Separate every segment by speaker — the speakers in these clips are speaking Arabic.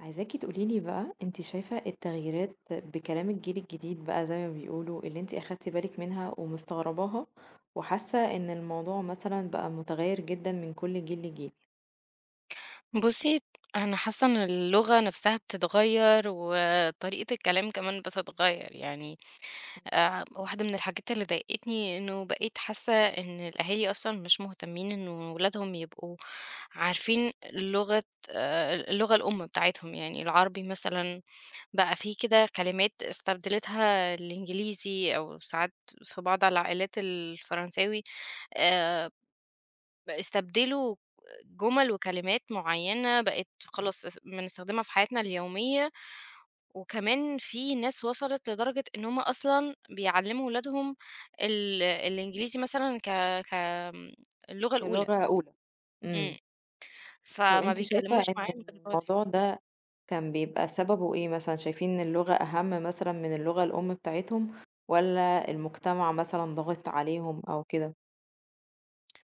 Speaker 1: عايزاكي تقولي لي بقى أنتِ شايفة التغييرات بكلام الجيل الجديد بقى زي ما بيقولوا، اللي أنتِ أخدتِ بالِك منها ومستغرباها، وحاسة إن الموضوع مثلًا بقى متغير جدًا من كل جيل لجيل
Speaker 2: بُصّي، أنا حاسة إن اللغة نفسها بتتغيّر، وطريقة الكلام كمان بتتغيّر، يعني واحدة من الحاجات اللي ضايقتني إنه بقيت حاسة إن الأهالي أصلًا مش مهتمين إنه ولادهم يبقوا عارفين لغة اللغة الأم بتاعتهم، يعني العربي مثلًا بقى في كده كلمات استبدلتها الإنجليزي أو ساعات في بعض العائلات الفرنساوي آآ ب استبدلوا جُمل وكلمات معيّنة بقت خلاص بنستخدمها في حياتنا اليومية، وكمان في ناس وصلت لدرجة إن هُم أصلًا بيعلّموا ولادهم الإنجليزي مثلًا ك ك آمم اللغة الأولى.
Speaker 1: كلغة أولى، إمم،
Speaker 2: إمم.
Speaker 1: طب
Speaker 2: فما
Speaker 1: أنتِ شايفة
Speaker 2: بيكلموش
Speaker 1: إن
Speaker 2: معاهم غير باللغة دي.
Speaker 1: الموضوع ده كان بيبقى سببه إيه مثلًا، شايفين إن اللغة أهم مثلًا من اللغة الأم بتاعتهم، والّا المجتمع مثلًا ضاغط عليهم أو كده؟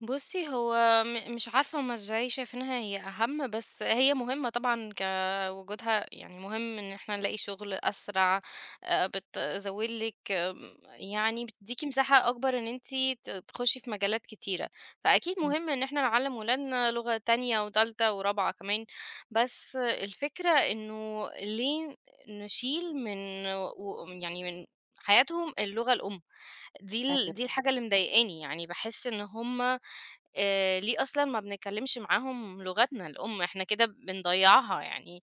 Speaker 2: بُصّي، هو مش عارفة هُم إزاي شايفينها هي أهم، بس هي مهمة طبعًا كوجودها، يعني مهم إن إحنا نلاقي شغل أسرع، بتزوّد لِك، يعني بتدّيكِ مساحة أكبر إن أنتِ تخشي في مجالات كتيرة، فأكيد
Speaker 1: إمم،
Speaker 2: مهم إن إحنا نعلّم ولادنا لغة تانية وتالتة ورابعة كمان، بس الفكرة إنه ليه نشيل من و يعني من حياتهم اللغة الأم،
Speaker 1: أيوه
Speaker 2: دي الحاجة
Speaker 1: فاهماكِ.
Speaker 2: اللي مضايقاني، يعني باحس إن هُم ليه أصلًا ما بنتكلّمش معاهم لغتنا الأم، إحنا كده بنضيّعها، يعني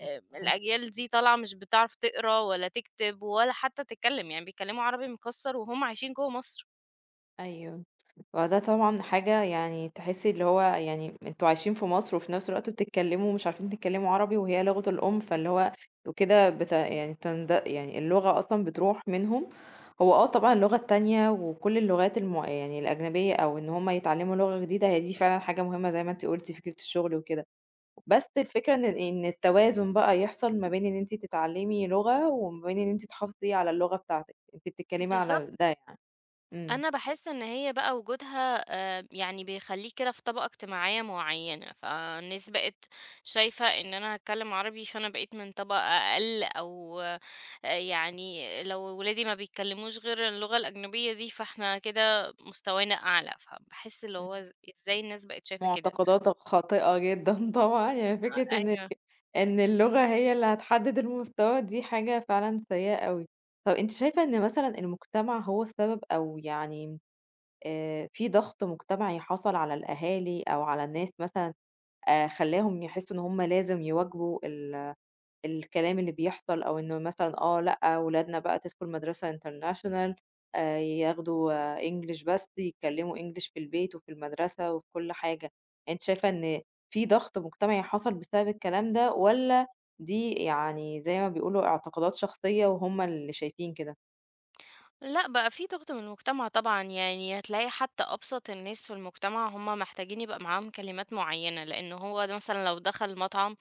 Speaker 1: إمم، فاهماكِ.
Speaker 2: الأجيال دي طالعة مش بتعرف تقرا ولا تكتب ولا حتى تتكلّم، يعني بيتكلّموا عربي مكسّر وهُم عايشين جوّه مصر.
Speaker 1: أيوه، فده طبعًا حاجة يعني تحسّي اللي هو يعني أنتم عايشين في مصر وفي نفس الوقت بتتكلّموا مش عارفين تتكلّموا عربي وهي لغة الأم، فاللي هو وكده يعني يعني اللغة أصلًا بتروح منهم، هو آه طبعًا اللغة التانية وكل اللغات يعني الأجنبية أو إن هم يتعلّموا لغة جديدة هي دي فعلًا حاجة مهمة زي ما أنتِ قُلتِ فكرة الشغل وكده، بس الفكرة إن التوازن بقى يحصل ما بين إن أنتِ تتعلّمي لغة وما بين إن أنتِ تحافظي على اللغة بتاعتِك، أنتِ بتتكلّمي
Speaker 2: بالضبط.
Speaker 1: على ده يعني. إمم.
Speaker 2: أنا باحس إن هي بقى وجودها يعني بيخلّيك كده في طبقة اجتماعية معيّنة، فالناس
Speaker 1: إمم،
Speaker 2: بقت شايفة إن أنا هاتكلم عربي، فأنا بقيت من طبقة أقل أو يعني لو ولادي ما بيتكلموش غير اللغة الأجنبية دي، فإحنا كده مستوانا أعلى، فباحس اللي هو
Speaker 1: إمم.
Speaker 2: إزاي الناس بقت شايفة كده؟
Speaker 1: معتقداتك خاطئة جدًا طبعًا، يعني فكرة إن
Speaker 2: أيوه.
Speaker 1: إن اللغة هي اللي هتحدد المستوى دي حاجة فعلًا سيئة أوي. طب أنتِ شايفة إن مثلًا المجتمع هو السبب أو يعني في ضغط مجتمعي حصل على الأهالي أو على الناس مثلًا خلّاهم يحسّوا إن هم لازم يواجبوا الكلام اللي بيحصل أو إنه مثلًا آه، لأ، ولادنا بقى تدخل مدرسة international، ياخدوا English بس، يتكلموا English في البيت وفي المدرسة وفي كل حاجة. أنتِ شايفة إن في ضغط مجتمعي حصل بسبب الكلام ده والّا دي يعني زي ما بيقولوا اعتقادات شخصية وهُم اللي شايفين كده؟
Speaker 2: لأ بقى في ضغط من المجتمع طبعًا، يعني هتلاقي حتى أبسط الناس في المجتمع هُم محتاجين يبقى معاهم كلمات معيّنة، لإن هو ده مثلًا لو دخل مطعم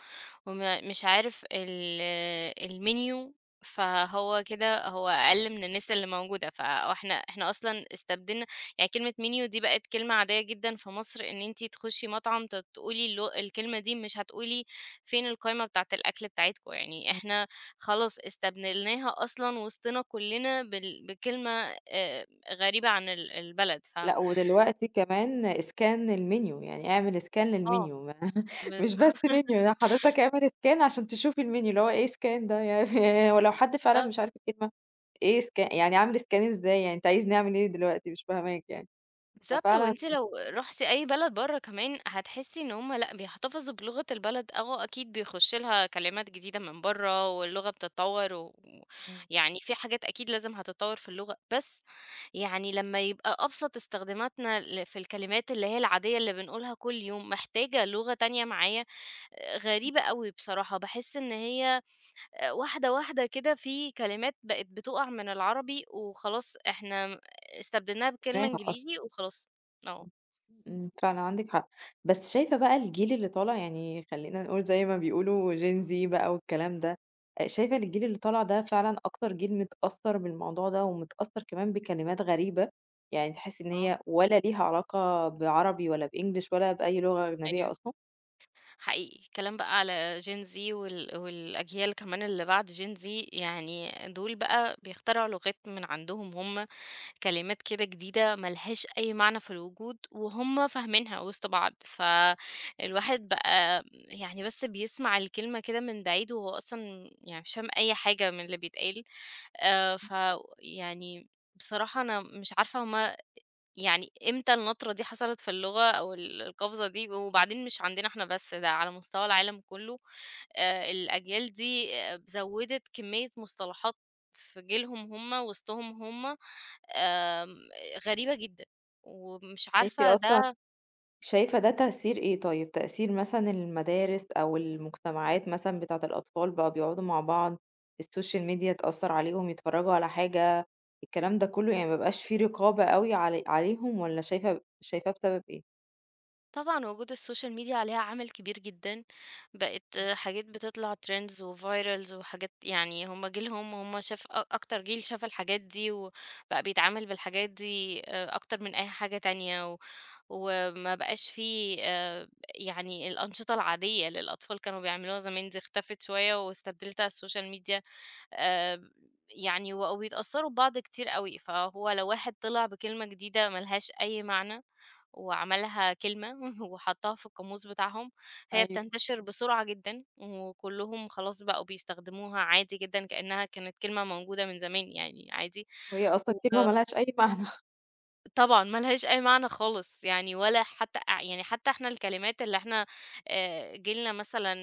Speaker 2: وم مش عارف الmenu، فهو كده هو أقل من النسبة اللي موجودة، إحنا أصلًا استبدلنا، يعني كلمة menu دي بقت كلمة عادية جدًا في مصر، إن أنتِ تخشي مطعم تقولي الكلمة دي، مش هتقولي فين القايمة بتاعة الأكل بتاعتكم، يعني
Speaker 1: إمم.
Speaker 2: إحنا خلاص استبدلناها أصلًا وسطنا كلنا بكلمة آآ غريبة عن البلد.
Speaker 1: لأ، ودلوقتي كمان scan الmenu، يعني اعمل scan
Speaker 2: آه.
Speaker 1: للmenu ما مش بس
Speaker 2: بالضبط
Speaker 1: menu لأ، حضرتك اعمل scan عشان تشوف الmenu اللي هو إيه scan ده يعني ولو حد فعلًا مش عارف الكلمة إيه سكا يعني أعمل scan إزاي؟ يعني أنت عايزني أعمل إيه دلوقتي مش فاهماك يعني،
Speaker 2: بالضبط،
Speaker 1: ففعلًا
Speaker 2: وأنتِ لو رُحتِ أي بلد برّه كمان هتحسّي إن هُم لأ، بيحتفظوا بلغة البلد، آه أكيد بيخُش لها كلمات جديدة من برّه واللغة بتتطوّر
Speaker 1: إمم.
Speaker 2: يعني في حاجات أكيد لازم هتتطوّر في اللغة، بس يعني لمّا يبقى أبسط استخداماتنا في الكلمات اللي هي العادية اللي بنقولها كل يوم محتاجة لغة تانية معايا، آه، غريبة أوي بصراحة، باحس إن هي واحدة، واحدة كده في كلمات بقت بتُقع من العربي وخلاص إحنا استبدلناها بكلمة
Speaker 1: نسيناها أصلًا،
Speaker 2: إنجليزي وخلاص. آه،
Speaker 1: إمم، فعلًا عندِك حق، بس شايفة بقى الجيل اللي طالع يعني خلّينا نقول زي ما بيقولوا gen Z بقى والكلام ده، شايفة إن الجيل اللي طالع ده فعلًا أكتر جيل متأثّر بالموضوع ده ومتأثّر كمان بكلمات غريبة، يعني تحس إن
Speaker 2: آه،
Speaker 1: هي ولا ليها علاقة بعربي ولا بEnglish ولا بأي لغة أجنبية
Speaker 2: أيوه،
Speaker 1: أصلًا.
Speaker 2: حقيقي. الكلام بقى على Gen Z والأجيال كمان اللي بعد Gen Z، يعني دول بقى بيخترعوا لغات من عندهم هم، كلمات كده جديدة ما لهاش أي معنى في الوجود وهم فاهمينها وسط بعض، فالواحد بقى، يعني بس بيسمع الكلمة كده من بعيد وهو أصلًا يعني مش فاهم أي حاجة من اللي بيتقال. ف يعني بصراحة أنا مش عارفة هُم، يعني إمتى النطرة دي حصلت في اللغة أو ال القفزة دي، وبعدين مش عندنا إحنا بس، ده على مستوى العالم كله، الأجيال دي آه، زوّدت كمية مصطلحات في جيلهم هُم وسطهم هُم، آمم، غريبة جدًا، ومش
Speaker 1: تحسّي
Speaker 2: عارفة
Speaker 1: أصلًا
Speaker 2: ده.
Speaker 1: شايفة ده تأثير إيه طيب؟ تأثير مثلًا المدارس أو المجتمعات مثلًا بتاعة الأطفال بقوا بيقعدوا مع بعض، السوشيال ميديا تأثّر عليهم يتفرّجوا على حاجة، الكلام ده كلّه يعني ما بقاش في رقابة أوي عليهم والّا شايفة شايفاه بسبب إيه؟
Speaker 2: طبعًا وجود السوشيال ميديا عليها عامل كبير جدًا، بقت حاجات بتطلع trends وvirals وحاجات، يعني هم جيلهم هم شاف أكتر جيل شاف الحاجات دي، وبقى بيتعامل بالحاجات دي أكتر من أي حاجة تانية، وما بقاش في يعني الأنشطة العادية اللي الأطفال كانوا بيعملوها زمان، دي اختفت شوية واستبدلتها السوشيال ميديا، آآ يعني وبقوا بيتأثّروا ببعض كتير أوي، فهو لو واحد طلع بكلمة جديدة ما لهاش أي معنى وعملها كلمة وحطّها في القاموس بتاعهم، هي
Speaker 1: أيوه.
Speaker 2: بتنتشر بسرعة جدًا وكلّهم خلاص بقوا بيستخدموها عادي جدًا كإنّها كانت كلمة موجودة من زمان، يعني عادي
Speaker 1: وهي أصلًا
Speaker 2: و
Speaker 1: كلمة ما لهاش أي معنى.
Speaker 2: طبعًا ما لهاش أي معنى خالص، يعني ولا حتى يعني حتى إحنا الكلمات اللي إحنا جيلنا مثلًا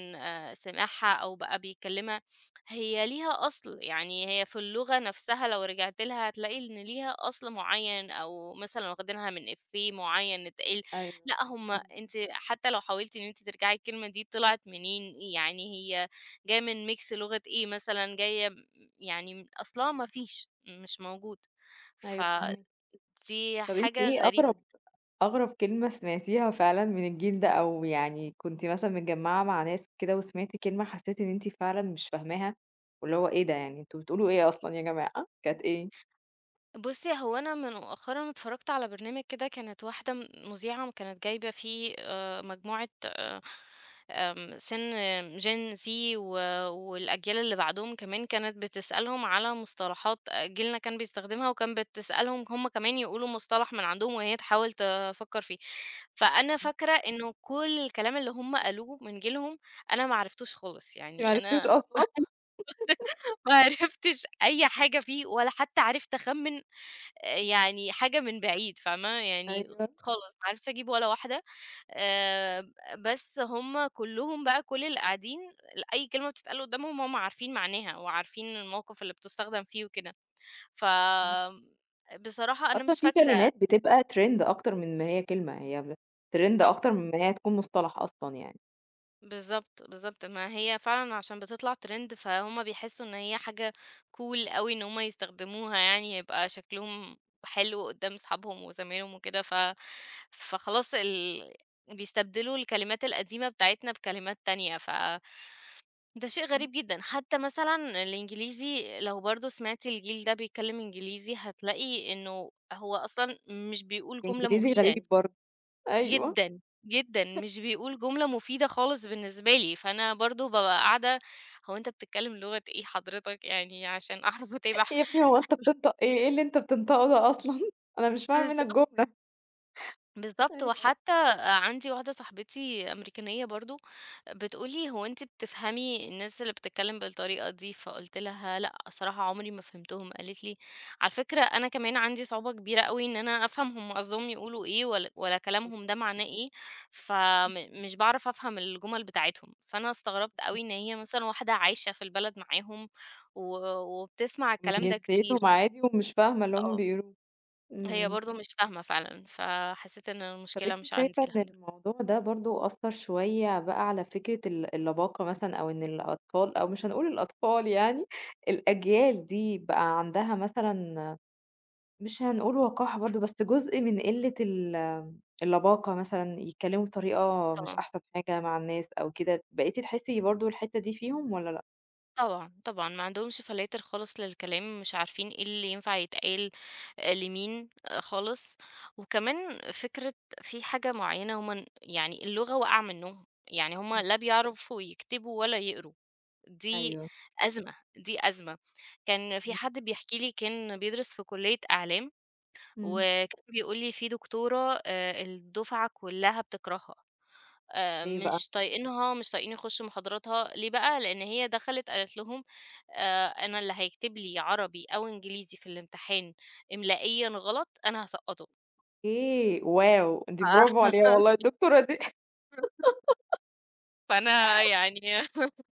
Speaker 2: سمعها أو بقى بيتكلمها، هي ليها أصل، يعني هي في اللغة نفسها لو رجعت لها هتلاقي إن ليها أصل معين، أو مثلًا واخدينها من إفيه معين اتقال،
Speaker 1: أيوه.
Speaker 2: لأ هم
Speaker 1: إمم.
Speaker 2: أنتِ حتى لو حاولتِ إن أنتِ ترجعي الكلمة دي طلعت منين، يعني هي جاية من mix لغة إيه مثلًا، جاية م يعني أصلها ما فيش، مش موجود. ف
Speaker 1: أيوه فاهماكِ.
Speaker 2: دي
Speaker 1: طب أنتِ
Speaker 2: حاجة
Speaker 1: إيه
Speaker 2: غريبة.
Speaker 1: أغرب كلمة سمعتيها فعلًا من الجيل ده، أو يعني كنتِ مثلًا متجمعة مع ناس وكده وسمعتِ كلمة حسيتِ إن أنتِ فعلًا مش فاهماها، واللي هو إيه ده يعني أنتم بتقولوا إيه أصلًا يا جماعة، كانت إيه؟
Speaker 2: بُصّي، هو أنا من مؤخرًا اتفرّجت على برنامج كده، كانت واحدة مذيعة كانت جايبة فيه مجموعة آمم سِن gen Z و والأجيال اللي بعدهم كمان، كانت بتسألهم على مصطلحات جيلنا كان بيستخدمها، وكان بتسألهم هم كمان يقولوا مصطلح من عندهم وهي تحاول تفكّر فيه. فأنا فاكرة إنه كل الكلام اللي هم قالوه من جيلهم أنا ما عرفتوش خالص،
Speaker 1: أنتِ
Speaker 2: يعني
Speaker 1: ما عرفتيهوش
Speaker 2: أنا
Speaker 1: أصلًا؟
Speaker 2: ما عرفتش أي حاجة فيه، ولا حتى عرفت أخمّن يعني حاجة من بعيد فاهمة، يعني
Speaker 1: أيوه،
Speaker 2: خالص ما عرفتش أجيب ولا واحدة، ب بس هُم كلّهم بقى كل اللي قاعدين أي كلمة بتتقال قدّامهم هُم عارفين معناها وعارفين الموقف اللي بتُستخدم فيه وكده. ف
Speaker 1: إمم،
Speaker 2: بصراحة أنا
Speaker 1: أصلًا
Speaker 2: مش
Speaker 1: في
Speaker 2: فاكرة.
Speaker 1: كلمات بتبقى trend أكتر من ما هي كلمة، هي trend
Speaker 2: آه.
Speaker 1: أكتر من ما هي تكون مصطلح أصلًا يعني،
Speaker 2: بالضبط، بالضبط. ما هي فعلًا عشان بتطلع trend فهُم بيحسّوا إن هي حاجة cool أوي إن هُم يستخدموها، يعني يبقى شكلهم حلو قدّام صحابهم وزمايلهم وكده، ف فخلاص بيستبدلوا الكلمات القديمة بتاعتنا بكلمات تانية، ده شيء
Speaker 1: إمم.
Speaker 2: غريب جدًا. حتى مثلًا الإنجليزي لو برضه سمعتي الجيل ده بيتكلّم إنجليزي، هتلاقي إنه هو أصلًا مش بيقول جملة
Speaker 1: الإنجليزي
Speaker 2: مفيدة.
Speaker 1: غريب برضه، أيوه،
Speaker 2: جدًا، جدًا، مش بيقول جملة مفيدة خالص بالنسبة لي، فأنا برضه بابقى قاعدة، هو أنت بتتكلم لغة إيه حضرتك يعني عشان أعرف أتابع؟
Speaker 1: يا ابني هو أنت بتنطق إيه، إيه اللي أنت بتنطقه ده أصلًا، أنا مش فاهم منّك
Speaker 2: بالضبط.
Speaker 1: جملة،
Speaker 2: بالضبط،
Speaker 1: أيوه.
Speaker 2: وحتى عندي واحدة صاحبتي أمريكانية برضه، بتقول لي: "هو أنتِ بتفهمي الناس اللي بتتكلم بالطريقة دي؟" فقُلت لها: "لأ، الصراحة عمري ما فهمتهم." قالت لي: "على فكرة أنا كمان عندي صعوبة كبيرة أوي إن أنا أفهم هم قصدهم يقولوا إيه، ولا ولا كلامهم ده
Speaker 1: بالضبط.
Speaker 2: معناه إيه، فم مش باعرف أفهم الجُمل بتاعتهم." فأنا استغربت أوي إن هي مثلًا واحدة عايشة في البلد معاهم وبتسمع
Speaker 1: ومن
Speaker 2: الكلام ده كتير.
Speaker 1: جنسيتهم عادي ومش فاهمة اللي هُم
Speaker 2: آه.
Speaker 1: بيقولوه.
Speaker 2: هي
Speaker 1: إمم.
Speaker 2: برضه مش فاهمة فعلًا، فحسيت إن
Speaker 1: طَب
Speaker 2: المشكلة
Speaker 1: أنتِ
Speaker 2: مش عندي
Speaker 1: شايفة إن
Speaker 2: الحمد لله.
Speaker 1: الموضوع ده برضه أثّر شوية بقى على فكرة اللباقة مثلًا أو إن الأطفال أو مش هنقول الأطفال يعني، الأجيال دي بقى عندها مثلًا مش هنقول وقاحة برضه، بس جزء من قِلّة اللباقة مثلًا، يتكلموا بطريقة مش
Speaker 2: طبعًا،
Speaker 1: أحسن حاجة مع الناس أو كده، بقيتِ تحسّي برضه الحتّة دي فيهم والّا لأ؟
Speaker 2: طبعًا، طبعًا، ما عندهمش فلاتر خالص للكلام، مش عارفين إيه اللي ينفع يتقال لمين، خالص، وكمان فكرة في حاجة معيّنة هُم ن يعني اللغة واقعة منّهم، يعني هُم
Speaker 1: إمم.
Speaker 2: لا بيعرفوا يكتبوا ولا يقروا. دي
Speaker 1: أيوه.
Speaker 2: أزمة، دي أزمة. كان في
Speaker 1: إمم.
Speaker 2: حد بيحكي لي كان بيدرس في كلية إعلام،
Speaker 1: إمم.
Speaker 2: وكان بيقول لي في دكتورة الدفعة كلّها بتكرهها.
Speaker 1: ليه بقى؟
Speaker 2: مش طايقينها، مش طايقين يخشوا محاضراتها، ليه بقى؟ لإن هي دخلت قالت لهم: أنا اللي هيكتب لي عربي أو إنجليزي في الامتحان إملائيًا غلط، أنا هاسقّطه.
Speaker 1: أوكي، واو!
Speaker 2: ف
Speaker 1: دي برافو عليها والله الدكتورة دي.
Speaker 2: فأنا يعني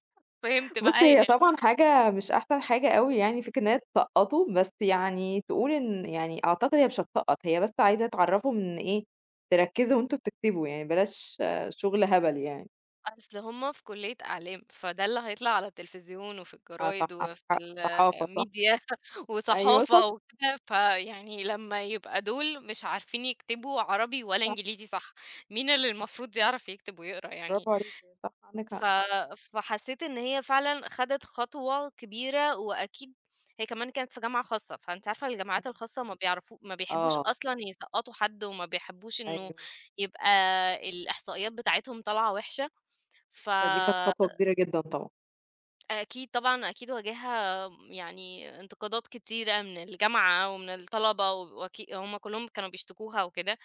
Speaker 2: فهمت بقى
Speaker 1: بُصّي،
Speaker 2: هي
Speaker 1: هي
Speaker 2: ليه.
Speaker 1: طبعًا حاجة مش أحسن حاجة أوي يعني فكرة إن هي تسقّطه، بس يعني تقول إن يعني أعتقد هي مش هتسقّط، هي بس عايزة تعرّفهم إن إيه، تركّزوا وأنتم بتكتبوا، يعني بلاش آه، شغل هبل يعني.
Speaker 2: أصل هُم في كلية أعلام، فده اللي هيطلع على التلفزيون وفي
Speaker 1: آه صح،
Speaker 2: الجرايد
Speaker 1: عندِك
Speaker 2: وفي
Speaker 1: حق، صحافة صح،
Speaker 2: الميديا
Speaker 1: أيوه صح،
Speaker 2: وصحافة وكده، فيعني لمّا يبقى دول مش عارفين يكتبوا عربي ولا
Speaker 1: صح،
Speaker 2: إنجليزي صح، مين اللي المفروض يعرف يكتب ويقرا يعني؟
Speaker 1: برافو عليكِ، يعني صح عندِك
Speaker 2: ف
Speaker 1: حق،
Speaker 2: فحسيت إن هي فعلًا خدت خطوة كبيرة، وأكيد هي كمان كانت في جامعة خاصة، فأنتِ عارفة الجامعات
Speaker 1: إمم،
Speaker 2: الخاصة ما بيحبّوش
Speaker 1: آه،
Speaker 2: أصلًا يسقّطوا حد، وما بيحبّوش إنه
Speaker 1: أيوه،
Speaker 2: يبقى الإحصائيات بتاعتهم طالعة وِحشة. ف
Speaker 1: فدي كانت خطوة كبيرة جدًا طبعًا.
Speaker 2: أكيد طبعًا، أكيد واجهها يعني انتقادات كتيرة من الجامعة ومن الطلبة، هم كلّهم كانوا بيشتكوها وكده،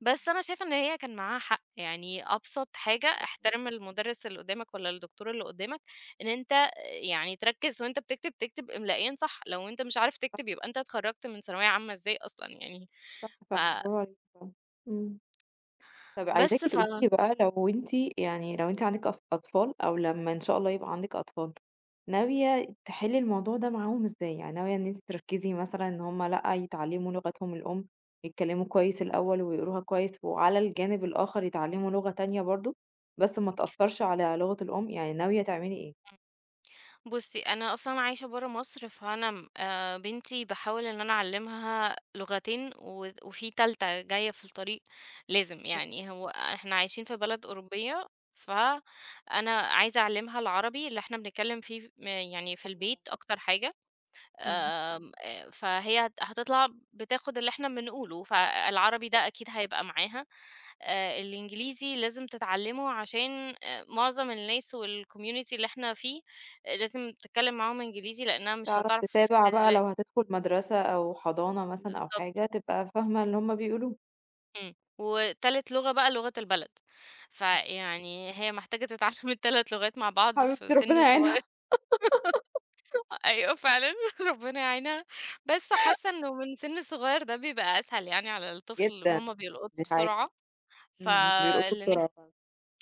Speaker 2: بس أنا شايفة إن هي كان معاها حق، يعني أبسط حاجة احترم المُدرِّس اللي قدّامك والّا الدكتور اللي قدّامك، إن أنت يعني تركّز وأنت بتكتب، تكتب إملائيًا صح، لو أنت مش عارف
Speaker 1: صح،
Speaker 2: تكتب يبقى أنت اتخرّجت من ثانوية عامة إزاي أصلًا يعني.
Speaker 1: صح
Speaker 2: ف
Speaker 1: فعلًا، برافو عليكِ فعلًا، إمم. طب
Speaker 2: بس
Speaker 1: عايزاكِ
Speaker 2: ف
Speaker 1: تقولي لي بقى لو أنتِ عندِك أطفال أو لمّا إن شاء الله يبقى عندِك أطفال، ناوية تحلّي الموضوع ده معاهم إزاي؟ يعني ناوية إن أنتِ تركّزي مثلًا إن هم لأ، يتعلّموا لغتهم الأم، يتكلّموا كويس الأول ويقروها كويس، وعلى الجانب الآخر يتعلّموا لغة تانية برضه، بس ما تأثّرش على لغة الأم، يعني ناوية تعملي إيه؟
Speaker 2: بُصّي، أنا أصلًا عايشة برّه مصر، فأنا م بنتي باحاول إن أنا أعلّمها لغتين وفي تالتة جاية في الطريق لازم،
Speaker 1: فكرة
Speaker 2: يعني هو إحنا عايشين في بلد أوروبية، فأنا عايزة أعلّمها العربي اللي إحنا بنتكلّم فيه يعني في
Speaker 1: حلوة أوي.
Speaker 2: البيت أكتر حاجة.
Speaker 1: إمم.
Speaker 2: آمم. فهي هتطلع بتاخد اللي إحنا بنقوله، فالعربي ده أكيد هيبقى معاها. الإنجليزي لازم تتعلمه عشان معظم الناس والcommunity اللي إحنا فيه، آه، لازم تتكلم معاهم إنجليزي لأنها مش
Speaker 1: تعرف
Speaker 2: هتعرف
Speaker 1: تتابع بقى لو هتدخل مدرسة أو حضانة مثلًا أو
Speaker 2: بالضبط.
Speaker 1: حاجة، تبقى فاهمة اللي هم بيقولوه.
Speaker 2: إمم. وتالت لغة بقى لغة البلد، فيعني هي محتاجة تتعلم ال3 لغات مع بعض في
Speaker 1: حبيبتي ربنا
Speaker 2: سن
Speaker 1: يعينها
Speaker 2: صغير. أيوه فعلًا ربنا يعينها، بس حاسة إنه من سِن صغير ده بيبقى أسهل يعني على الطفل،
Speaker 1: جدًا،
Speaker 2: هُم بيلقطوا
Speaker 1: دي حقيقة.
Speaker 2: بسرعة.
Speaker 1: إمم، إمم، بيرقصوا
Speaker 2: فاللي نفسي
Speaker 1: بسرعة فعلًا.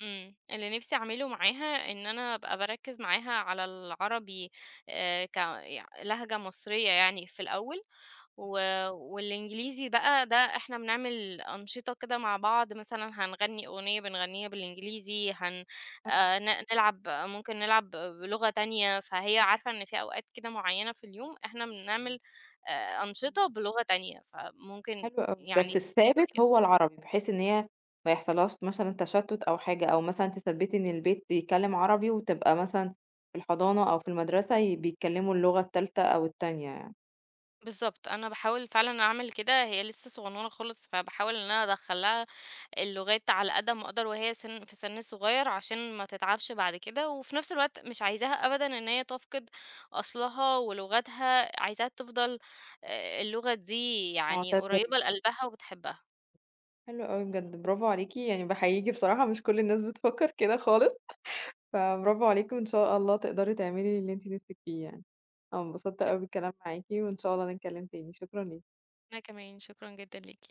Speaker 2: إمم، اللي نفسي أعمله معاها إن أنا أبقى باركّز معاها على العربي ك يع لهجة مصرية يعني في الأول. و والإنجليزي بقى ده إحنا بنعمل أنشطة كده مع بعض، مثلًا هنغني أغنية بنغنيها بالإنجليزي، هن
Speaker 1: حلو،
Speaker 2: ن نلعب ممكن نلعب بلغة تانية، فهي عارفة إن في أوقات كده معيّنة في اليوم إحنا بنعمل
Speaker 1: إمم،
Speaker 2: أنشطة بلغة تانية، فممكن
Speaker 1: حلو أوي.
Speaker 2: يعني
Speaker 1: بس
Speaker 2: دي
Speaker 1: الثابت
Speaker 2: طريقة.
Speaker 1: هو العربي، بحيث إن هي ما يحصلهاش مثلًا تشتُّت أو حاجة، أو مثلًا أنتِ ثبّتي إن البيت يتكلّم عربي وتبقى مثلًا في الحضانة أو في المدرسة بيتكلّموا اللغة التالتة أو التانية يعني،
Speaker 2: بالضبط، أنا باحاول فعلًا أعمل كده، هي لسه صغنّونة خالص، فباحاول إن أنا أدخّل لها اللغات على قد ما أقدر وهي سن في سن صغير عشان ما تتعبش بعد كده، وفي نفس الوقت مش عايزاها أبدًا إن هي تفقد أصلها ولغتها، عايزاها تفضل اللغة دي يعني
Speaker 1: معتزّة
Speaker 2: قريبة
Speaker 1: بيها.
Speaker 2: لقلبها وبتحبها.
Speaker 1: حلو أوي بجد، برافو عليكِ، يعني باحييكِ بصراحة مش كل الناس بتفكّر كده خالص، فبرافو عليكِ وإن شاء الله تقدري تعملي اللي أنتِ نِفْسِك فيه يعني. أنا انبسطت
Speaker 2: شك
Speaker 1: أوي بالكلام معاكِ وإن شاء الله نتكلّم تاني، شكرًا ليكِ.
Speaker 2: أنا كمان، شكرًا جدًا ليكِ.